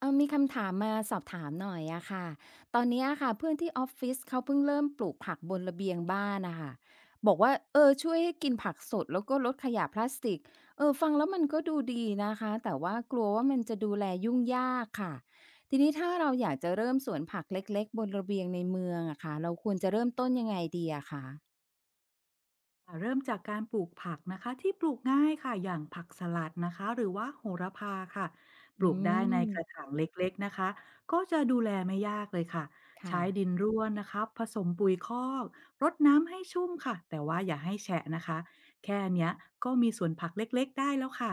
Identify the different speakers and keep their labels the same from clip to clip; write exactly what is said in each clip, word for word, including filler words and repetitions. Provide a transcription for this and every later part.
Speaker 1: เออมีคำถามมาสอบถามหน่อยอะค่ะตอนเนี้ยค่ะเพื่อนที่ออฟฟิศเขาเพิ่งเริ่มปลูกผักบนระเบียงบ้านนะค่ะบอกว่าเออช่วยให้กินผักสดแล้วก็ลดขยะพลาสติกเออฟังแล้วมันก็ดูดีนะคะแต่ว่ากลัวว่ามันจะดูแลยุ่งยากค่ะทีนี้ถ้าเราอยากจะเริ่มสวนผักเล็กๆบนระเบียงในเมืองอะค่ะเราควรจะเริ่มต้นยังไงดีอะคะ
Speaker 2: อ่าเริ่มจากการปลูกผักนะคะที่ปลูกง่ายค่ะอย่างผักสลัดนะคะหรือว่าโหระพาค่ะป
Speaker 1: อื
Speaker 2: ลูกได้ใน
Speaker 1: ม
Speaker 2: กระถางเล็กๆนะคะก็จะดูแลไม่ยากเลยค่ะ
Speaker 1: ค่ะ
Speaker 2: ใช้ดินร่วนนะคะผสมปุ๋ยคอกรดน้ำให้ชุ่มค่ะแต่ว่าอย่าให้แฉะนะคะแค่เนี้ยก็มีสวนผักเล็กๆได้แล้วค่ะ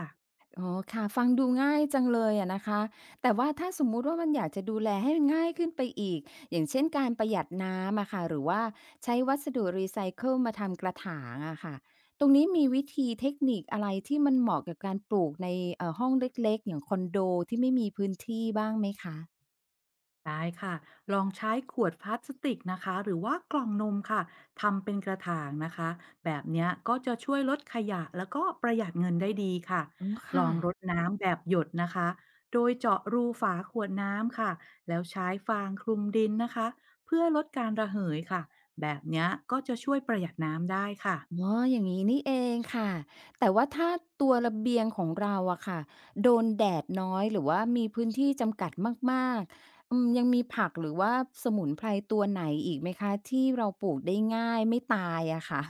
Speaker 1: อ๋อค่ะฟังดูง่ายจังเลยอะนะคะแต่ว่าถ้าสมมุติว่ามันอยากจะดูแลให้มันง่ายขึ้นไปอีกอย่างเช่นการประหยัดน้ำอะค่ะหรือว่าใช้วัสดุรีไซเคิลมาทำกระถางอะค่ะตรงนี้มีวิธีเทคนิคอะไรที่มันเหมาะกับการปลูกในเอ่อห้องเล็กๆอย่างคอนโดที่ไม่มีพื้นที่บ้างไหมคะ
Speaker 2: ได้ค่ะ ลองใช้ขวดพลาสติกนะคะหรือว่ากล่องนมค่ะทำเป็นกระถางนะคะแบบเนี้ยก็จะช่วยลดขยะแล้วก็ประหยัดเงินได้ดีค่ะ
Speaker 1: อ๋อ
Speaker 2: ล
Speaker 1: ค่ะ
Speaker 2: องรดน้ำแบบหยดนะคะโดยเจาะรูฝาขวดน้ำค่ะแล้วใช้ฟางคลุมดินนะคะเพื่อลดการระเหยค่ะแบบเนี้ยก็จะช่วยประหยัดน้ำได้ค่ะ
Speaker 1: อ๋ออย่างงี้นี่เองค่ะ แต่ว่าถ้าตัวระเบียงของเราอะค่ะโดนแดดน้อยหรือว่ามีพื้นที่จำกัดมากๆอืมยังมีผักหรือว่าสมุนไพรตัวไหนอีกไหมคะที่เราปลูกได้ง่ายไม่ตายอะค่ะ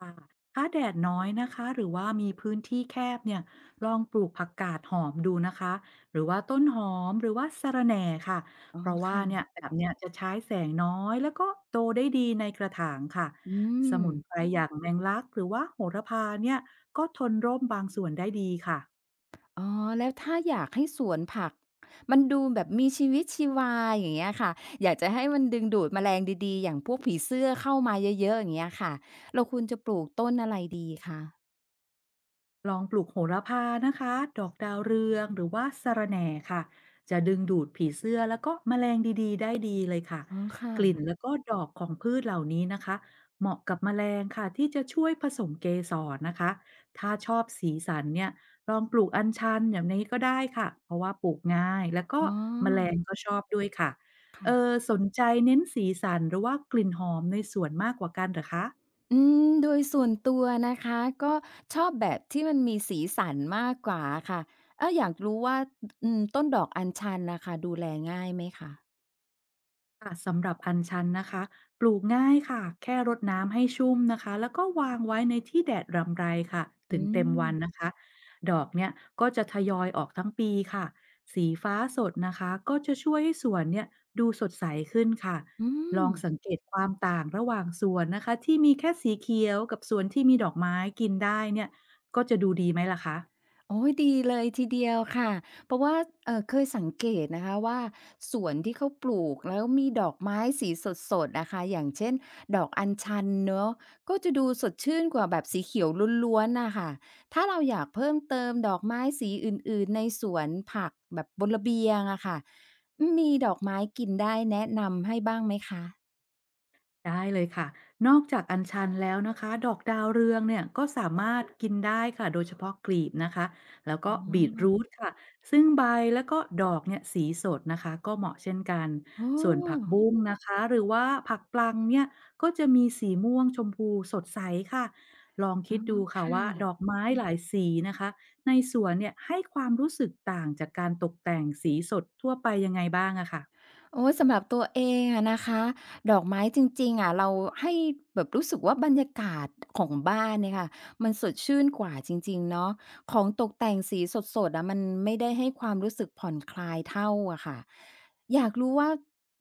Speaker 2: ค่ะถ้าแดดน้อยนะคะหรือว่ามีพื้นที่แคบเนี่ยลองปลูกผักกาดหอมดูนะคะหรือว่าต้นหอมหรือว่าสะระแหน่ค่ะ
Speaker 1: อ๋อ
Speaker 2: เพราะว่าเนี่ย
Speaker 1: ค่ะ
Speaker 2: แบบเนี้ยจะใช้แสงน้อยแล้วก็โตได้ดีในกระถางค่ะ
Speaker 1: อื
Speaker 2: ส
Speaker 1: ม
Speaker 2: มุนไพรอย่างแมงลักหรือว่าโหระพาเนี่ยก็ทนร่มบางส่วนได้ดีค่ะ
Speaker 1: อ๋อแล้วถ้าอยากให้สวนผักมันดูแบบมีชีวิตชีวาอย่างเงี้ยค่ะอยากจะให้มันดึงดูดแมลงดีๆอย่างพวกผีเสื้อเข้ามาเยอะๆอย่างเงี้ยค่ะเราควรจะปลูกต้นอะไรดีคะ
Speaker 2: ลองปลูกโหระพานะคะดอกดาวเรืองหรือว่าสะระแหน่ค่ะจะดึงดูดผีเสื้อแล้วก็แมลงดีๆได้ดีเลยค่ะ
Speaker 1: อ๋อค่ะ
Speaker 2: กลิ่นแล้วก็ดอกของพืชเหล่านี้นะคะเหมาะกับแมลงค่ะที่จะช่วยผสมเกสรนะคะถ้าชอบสีสันเนี่ยลองปลูกอัญชันอย่างนี้ก็ได้ค่ะเพราะว่าปลูกง่ายแล้วก็
Speaker 1: อ๋
Speaker 2: แมลง
Speaker 1: อ
Speaker 2: ก็ชอบด้วยค่ะเอ
Speaker 1: ค่ะ
Speaker 2: อสนใจเน้นสีสันหรือว่ากลิ่นหอมในสวนมากกว่ากันเหรอคะ
Speaker 1: อืมโดยส่วนตัวนะคะก็ชอบแบบที่มันมีสีสันมากกว่าอะค่ะเอออยากรู้ว่าอืมต้นดอกอัญชันน่ะค่ะดูแลง่ายไหมคะ
Speaker 2: ค่ะสำหรับอัญชันนะคะปลูกง่ายค่ะแค่รดน้ำให้ชุ่มนะคะแล้วก็วางไว้ในที่แดดรำไรค่ะถึ
Speaker 1: อื
Speaker 2: งเต็ม
Speaker 1: ม
Speaker 2: วันนะคะดอกเนี่ยก็จะทยอยออกทั้งปีค่ะสีฟ้าสดนะคะก็จะช่วยให้สวนเนี่ยดูสดใสขึ้นค่ะ
Speaker 1: อื
Speaker 2: ล
Speaker 1: ม
Speaker 2: องสังเกตความต่างระหว่างสวนนะคะที่มีแค่สีเขียวกับสวนที่มีดอกไม้กินได้เนี่ยก็จะดูดีไหมล่ะคะ
Speaker 1: โอ้ยดีเลยทีเดียวค่ะเพราะว่าเอ่อเคยสังเกตนะคะว่าสวนที่เขาปลูกแล้วมีดอกไม้สีสดๆอะค่ะอย่างเช่นดอกอัญชันเนาะก็จะดูสดชื่นกว่าแบบสีเขียวล้วนๆน่ะค่ะถ้าเราอยากเพิ่มเติมดอกไม้สีอื่นๆในสวนผักแบบบนระเบียงอะค่ะอืมมีดอกไม้กินได้แนะนำให้บ้างไหมคะ
Speaker 2: ได้เลยค่ะ นอกจากอัญชันแล้วนะคะดอกดาวเรืองเนี่ยก็สามารถกินได้ค่ะโดยเฉพาะกลีบนะคะแล้วก็บีทรูทค่ะซึ่งใบแล้วก็ดอกเนี่ยสีสดนะคะก็เหมาะเช่นกัน
Speaker 1: อ๋อ
Speaker 2: ส่วนผักบุ้งนะคะหรือว่าผักปลังเนี่ยก็จะมีสีม่วงชมพูสดใสค่ะ ลอง
Speaker 1: อ๋
Speaker 2: คิ
Speaker 1: อ
Speaker 2: ดดู
Speaker 1: ค
Speaker 2: ค่ะว่าดอ
Speaker 1: ่ะ
Speaker 2: กไม้หลายสีนะคะในสวนเนี่ยให้ความรู้สึกต่างจากการตกแต่งสีสดทั่วไปยังไงบ้างอะค่ะ
Speaker 1: โอ้ยสำหรับตัวเองอะนะคะดอกไม้จริงๆอะเราให้แบบรู้สึกว่าบรรยากาศของบ้านเนี่ยค่ะมันสดชื่นกว่าจริงๆเนาะของตกแต่งสีสดๆอะมันไม่ได้ให้ความรู้สึกผ่อนคลายเท่าอะค่ะอยากรู้ว่า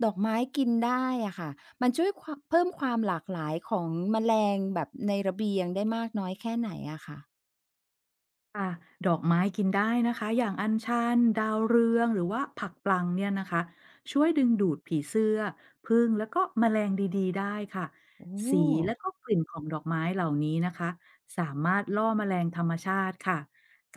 Speaker 1: ดอกไม้กินได้อะค่ะมันช่วยควาเพิ่มความหลากหลายของแมลงแบบในระเบียงได้มากน้อยแค่ไหนอะค่ะ
Speaker 2: ค่ะดอกไม้กินได้นะคะอย่างอัญชันดาวเรืองหรือว่าผักปลังเนี่ยนะคะช่วยดึงดูดผีเสื้อผึ้งแล้วก็แมลงดีๆได้ค่ะ
Speaker 1: โอ้
Speaker 2: สีและก็กลิ่นของดอกไม้เหล่านี้นะคะสามารถล่อแมลงธรรมชาติค่ะ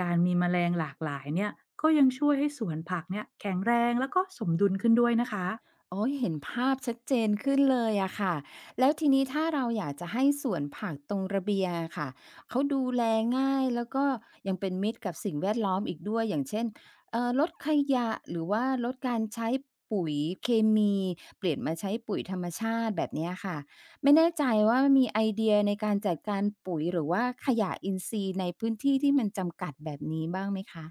Speaker 2: การมีแมลงหลากหลายเนี่ยก็ยังช่วยให้สวนผักเนี่ยแข็งแรงแล้วก็สมดุลขึ้นด้วยนะคะ
Speaker 1: โอ้ยเห็นภาพชัดเจนขึ้นเลยอะค่ะแล้วทีนี้ถ้าเราอยากจะให้สวนผักตรงระเบียงอะค่ะเขาดูแลง่ายแล้วก็ยังเป็นมิตรกับสิ่งแวดล้อมอีกด้วยอย่างเช่นเอ่อลดขยะหรือว่าลดการใช้ปุ๋ยเคมีเปลี่ยนมาใช้ปุ๋ยธรรมชาติแบบเนี้ยค่ะไม่แน่ใจว่ามีไอเดียในการจัดการปุ๋ยหรือว่าขยะอินทรีย์ในพื้นที่ที่มันจำกัดแบบนี้บ้างไหมคะ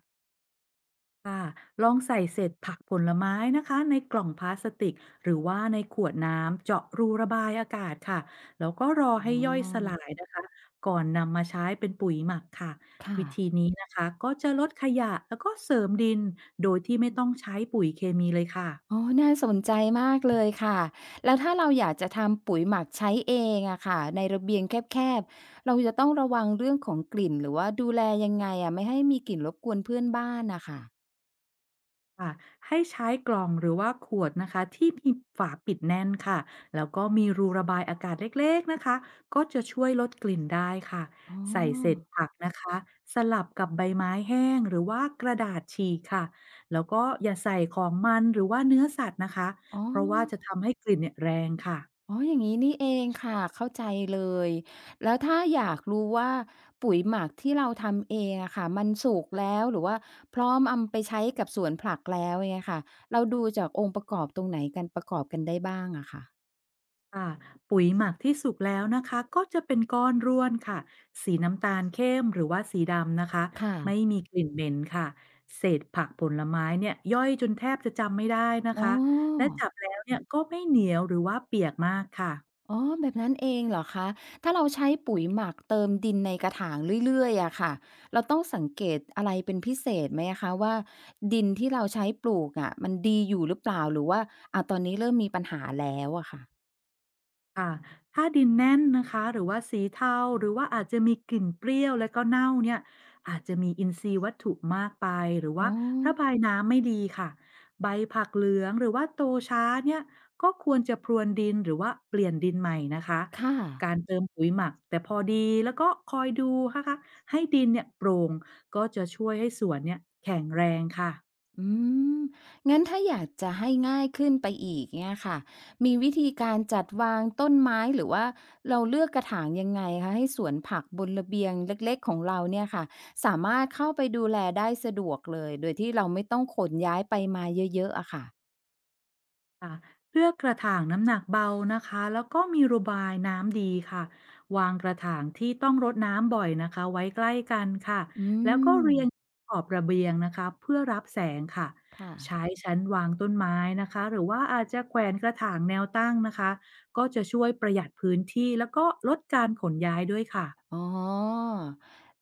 Speaker 2: ค่ะลองใส่เศษผักผลไม้นะคะในกล่องพลาสติกหรือว่าในขวดน้ำเจาะรูระบายอากาศค่ะแล้วก็รอให้
Speaker 1: อ๋อ
Speaker 2: ย่อยสลายนะคะก่อนนำมาใช้เป็นปุ๋ยหมักค่ะ
Speaker 1: ค่ะ
Speaker 2: วิธีนี้นะคะก็จะลดขยะแล้วก็เสริมดินโดยที่ไม่ต้องใช้ปุ๋ยเคมีเลยค่ะ
Speaker 1: อ๋อน่าสนใจมากเลยค่ะแล้วถ้าเราอยากจะทำปุ๋ยหมักใช้เองอะค่ะในระเบียงแคบๆเราจะต้องระวังเรื่องของกลิ่นหรือว่าดูแลยังไงอะไม่ให้มีกลิ่นรบกวนเพื่อนบ้านน่ะค่ะ
Speaker 2: ค่ะให้ใช้กล่องหรือว่าขวดนะคะที่มีฝาปิดแน่นค่ะแล้วก็มีรูระบายอากาศเล็กๆนะคะก็จะช่วยลดกลิ่นได้ค่ะ
Speaker 1: อ๋
Speaker 2: ใส่เศษ
Speaker 1: อ
Speaker 2: ผักนะคะสลับกับใบไม้แห้งหรือว่ากระดาษฉีกค่ะแล้วก็อย่าใส่ของมันหรือว่าเนื้อสัตว์นะคะ
Speaker 1: อ๋อ
Speaker 2: เพราะว่าจะทำให้กลิ่นเนี่ยแรงค่ะ
Speaker 1: อ๋ออย่างงี้นี่เองค่ะเข้าใจเลยแล้วถ้าอยากรู้ว่าปุ๋ยหมักที่เราทำเองอะค่ะมันสุกแล้วหรือว่าพร้อมอำไปใช้กับสวนผักแล้วอย่างเงี้ยค่ะเราดูจากองค์ประกอบตรงไหนกันประกอบกันได้บ้างอะค่ะ
Speaker 2: ค่ะปุ๋ยหมักที่สุกแล้วนะคะก็จะเป็นก้อนร่วนค่ะสีน้ำตาลเข้มหรือว่าสีดำนะคะไม่
Speaker 1: ค่ะ
Speaker 2: มีกลิ่นเหม็นค่ะเศษผักผลไม้เนี่ยย่อยจนแทบจะจำไม่ได้นะ
Speaker 1: อ๋
Speaker 2: คะและ
Speaker 1: อ
Speaker 2: จับแล้วเนี่ยก็ไม่เหนียวหรือว่าเปียกมากค่ะ
Speaker 1: อ๋อแบบนั้นเองเหรอคะ ถ้าเราใช้ปุ๋ยหมักเติมดินในกระถางเรื่อยๆอะค่ะเราต้องสังเกตอะไรเป็นพิเศษไหมอะคะว่าดินที่เราใช้ปลูกอะมันดีอยู่หรือเปล่าหรือว่าอะตอนนี้เริ่มมีปัญหาแล้วอะค่ะ
Speaker 2: ค่ะถ้าดินแน่นนะคะหรือว่าสีเทาหรือว่าอาจจะมีกลิ่นเปรี้ยวและก็เน่าเนี่ยอาจจะมีอินทรีย์วัตถุมากไปหรือ
Speaker 1: อ๋อ
Speaker 2: ว่าระบายน้ำไม่ดีค่ะใบผักเหลืองหรือว่าโตช้าเนี่ยก็ควรจะพรวนดินหรือว่าเปลี่ยนดินใหม่นะคะ
Speaker 1: ค่ะ
Speaker 2: การเติมปุ๋ยหมักแต่พอดีแล้วก็คอยดูนะคะให้ดินเนี่ยโปร่งก็จะช่วยให้สวนเนี่ยแข็งแรงค่ะ
Speaker 1: อืม งั้นถ้าอยากจะให้ง่ายขึ้นไปอีกเนี่ยค่ะ มีวิธีการจัดวางต้นไม้หรือว่าเราเลือกกระถางยังไงคะให้สวนผักบนระเบียงเล็กๆของเราเนี่ยค่ะสามารถเข้าไปดูแลได้สะดวกเลยโดยที่เราไม่ต้องขนย้ายไปมาเยอะๆอะค่ะ
Speaker 2: ค่ะเลือกกระถางน้ำหนักเบานะคะแล้วก็มีระบายน้ำดีค่ะวางกระถางที่ต้องรดน้ำบ่อยนะคะไว้ใกล้กันค่ะ
Speaker 1: อื
Speaker 2: แล้วก็
Speaker 1: ม
Speaker 2: เรียงขอบระเบียงนะคะเพื่อรับแสงค่ะ
Speaker 1: ค่ะ
Speaker 2: ใช้ชั้นวางต้นไม้นะคะหรือว่าอาจจะแขวนกระถางแนวตั้งนะคะก็จะช่วยประหยัดพื้นที่แล้วก็ลดการขนย้ายด้วยค่ะ
Speaker 1: อ๋อ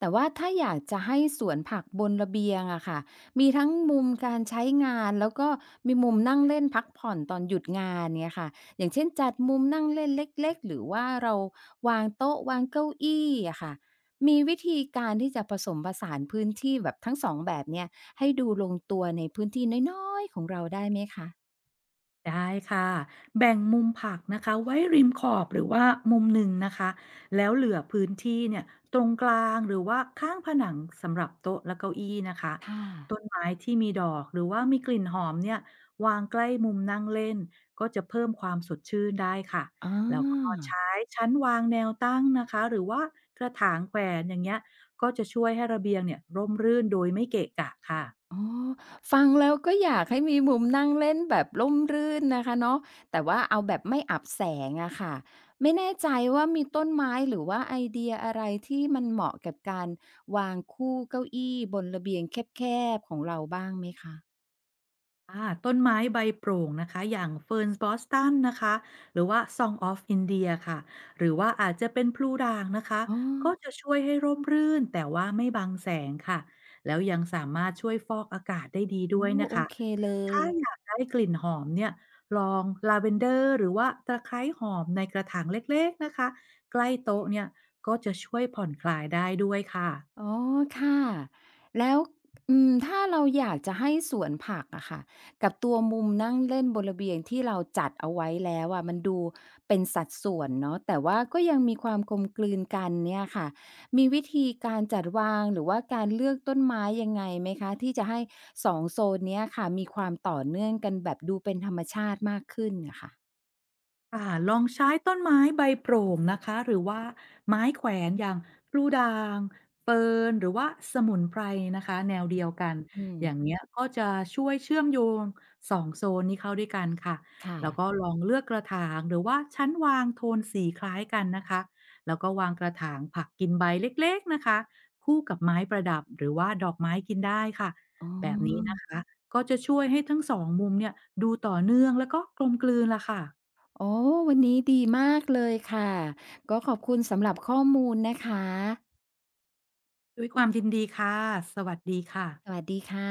Speaker 1: แต่ว่าถ้าอยากจะให้สวนผักบนระเบียงอะค่ะมีทั้งมุมการใช้งานแล้วก็มีมุมนั่งเล่นพักผ่อนตอนหยุดงานเนี่ยค่ะอย่างเช่นจัดมุมนั่งเล่นเล็กๆหรือว่าเราวางโต๊ะวางเก้าอี้อะค่ะมีวิธีการที่จะผสมผสานพื้นที่แบบทั้งสองแบบเนี่ยให้ดูลงตัวในพื้นที่น้อยๆของเราได้ไหมคะ
Speaker 2: ได้ค่ะแบ่งมุมผักนะคะไว้ริมขอบหรือว่ามุมหนึ่งนะคะแล้วเหลือพื้นที่เนี่ยตรงกลางหรือว่าข้างผนังสำหรับโต๊ะและเก้าอี้นะคะ
Speaker 1: ค่ะ
Speaker 2: ต้นไม้ที่มีดอกหรือว่ามีกลิ่นหอมเนี่ยวางใกล้มุมนั่งเล่นก็จะเพิ่มความสดชื่นได้ค่ะ
Speaker 1: อ๋อ
Speaker 2: แล้วก็ใช้ชั้นวางแนวตั้งนะคะหรือว่ากระถางแขวนอย่างเงี้ยก็จะช่วยให้ระเบียงเนี่ยร่มรื่นโดยไม่เกะกะค่ะ
Speaker 1: อ๋อฟังแล้วก็อยากให้มีมุมนั่งเล่นแบบร่มรื่นนะคะเนาะแต่ว่าเอาแบบไม่อับแสงอะค่ะไม่แน่ใจว่ามีต้นไม้หรือว่าไอเดียอะไรที่มันเหมาะกับการวางคู่เก้าอี้บนระเบียงแคบๆของเราบ้างไหมคะ
Speaker 2: อ่าต้นไม้ใบโปร่งนะคะอย่างเฟิร์นบอสตันนะคะหรือว่า Song of India ค่ะหรือว่าอาจจะเป็นพลูด่างนะคะ
Speaker 1: อ๋อ
Speaker 2: ก็จะช่วยให้ร่มรื่นแต่ว่าไม่บังแสงค่ะแล้วยังสามารถช่วยฟอกอากาศได้ดีด้ว
Speaker 1: โอ้
Speaker 2: ยนะ
Speaker 1: โอ
Speaker 2: คะ
Speaker 1: เคเลย
Speaker 2: ถ้าอยากได้กลิ่นหอมเนี่ยลองลาเวนเดอร์หรือว่าตะไคร้หอมในกระถางเล็กๆนะคะใกล้โต๊ะเนี่ยก็จะช่วยผ่อนคลายได้ด้วยค่ะ
Speaker 1: อ๋อค่ะแล้วอืมถ้าเราอยากจะให้สวนผักอะค่ะกับตัวมุมนั่งเล่นบนระเบียงที่เราจัดเอาไว้แล้วอะมันดูเป็นสัดส่วนเนาะแต่ว่าก็ยังมีความกลมกลืนกันเนี่ยค่ะมีวิธีการจัดวางหรือว่าการเลือกต้นไม้ยังไงไหมคะที่จะให้สองโซนเนี้ยค่ะมีความต่อเนื่องกันแบบดูเป็นธรรมชาติมากขึ้นนะค่ะ
Speaker 2: ค่ะลองใช้ต้นไม้ใบโปร่งนะคะหรือว่าไม้แขวนอย่างพลูด่างเฟิร์นหรือว่าสมุนไพรนะคะแนวเดียวกัน
Speaker 1: อืม
Speaker 2: อย่างเงี้ยก็จะช่วยเชื่อมโยงสองโซนนี้เข้าด้วยกันค่ะ
Speaker 1: ค่ะ
Speaker 2: แล้วก็ลองเลือกกระถางหรือว่าชั้นวางโทนสีคล้ายกันนะคะแล้วก็วางกระถางผักกินใบเล็กๆนะคะคู่กับไม้ประดับหรือว่าดอกไม้กินได้ค่ะ
Speaker 1: อ๋อ
Speaker 2: แบบนี้นะคะก็จะช่วยให้ทั้งสองมุมเนี่ยดูต่อเนื่องแล้วก็กลมกลืนละค่ะ
Speaker 1: โอ้วันนี้ดีมากเลยค่ะ ก็ขอบคุณสำหรับข้อมูลนะคะ
Speaker 2: ด้วยความยินดีค่ะ สวัสดี
Speaker 1: ส
Speaker 2: ค่ะ
Speaker 1: วัสดีค่ะ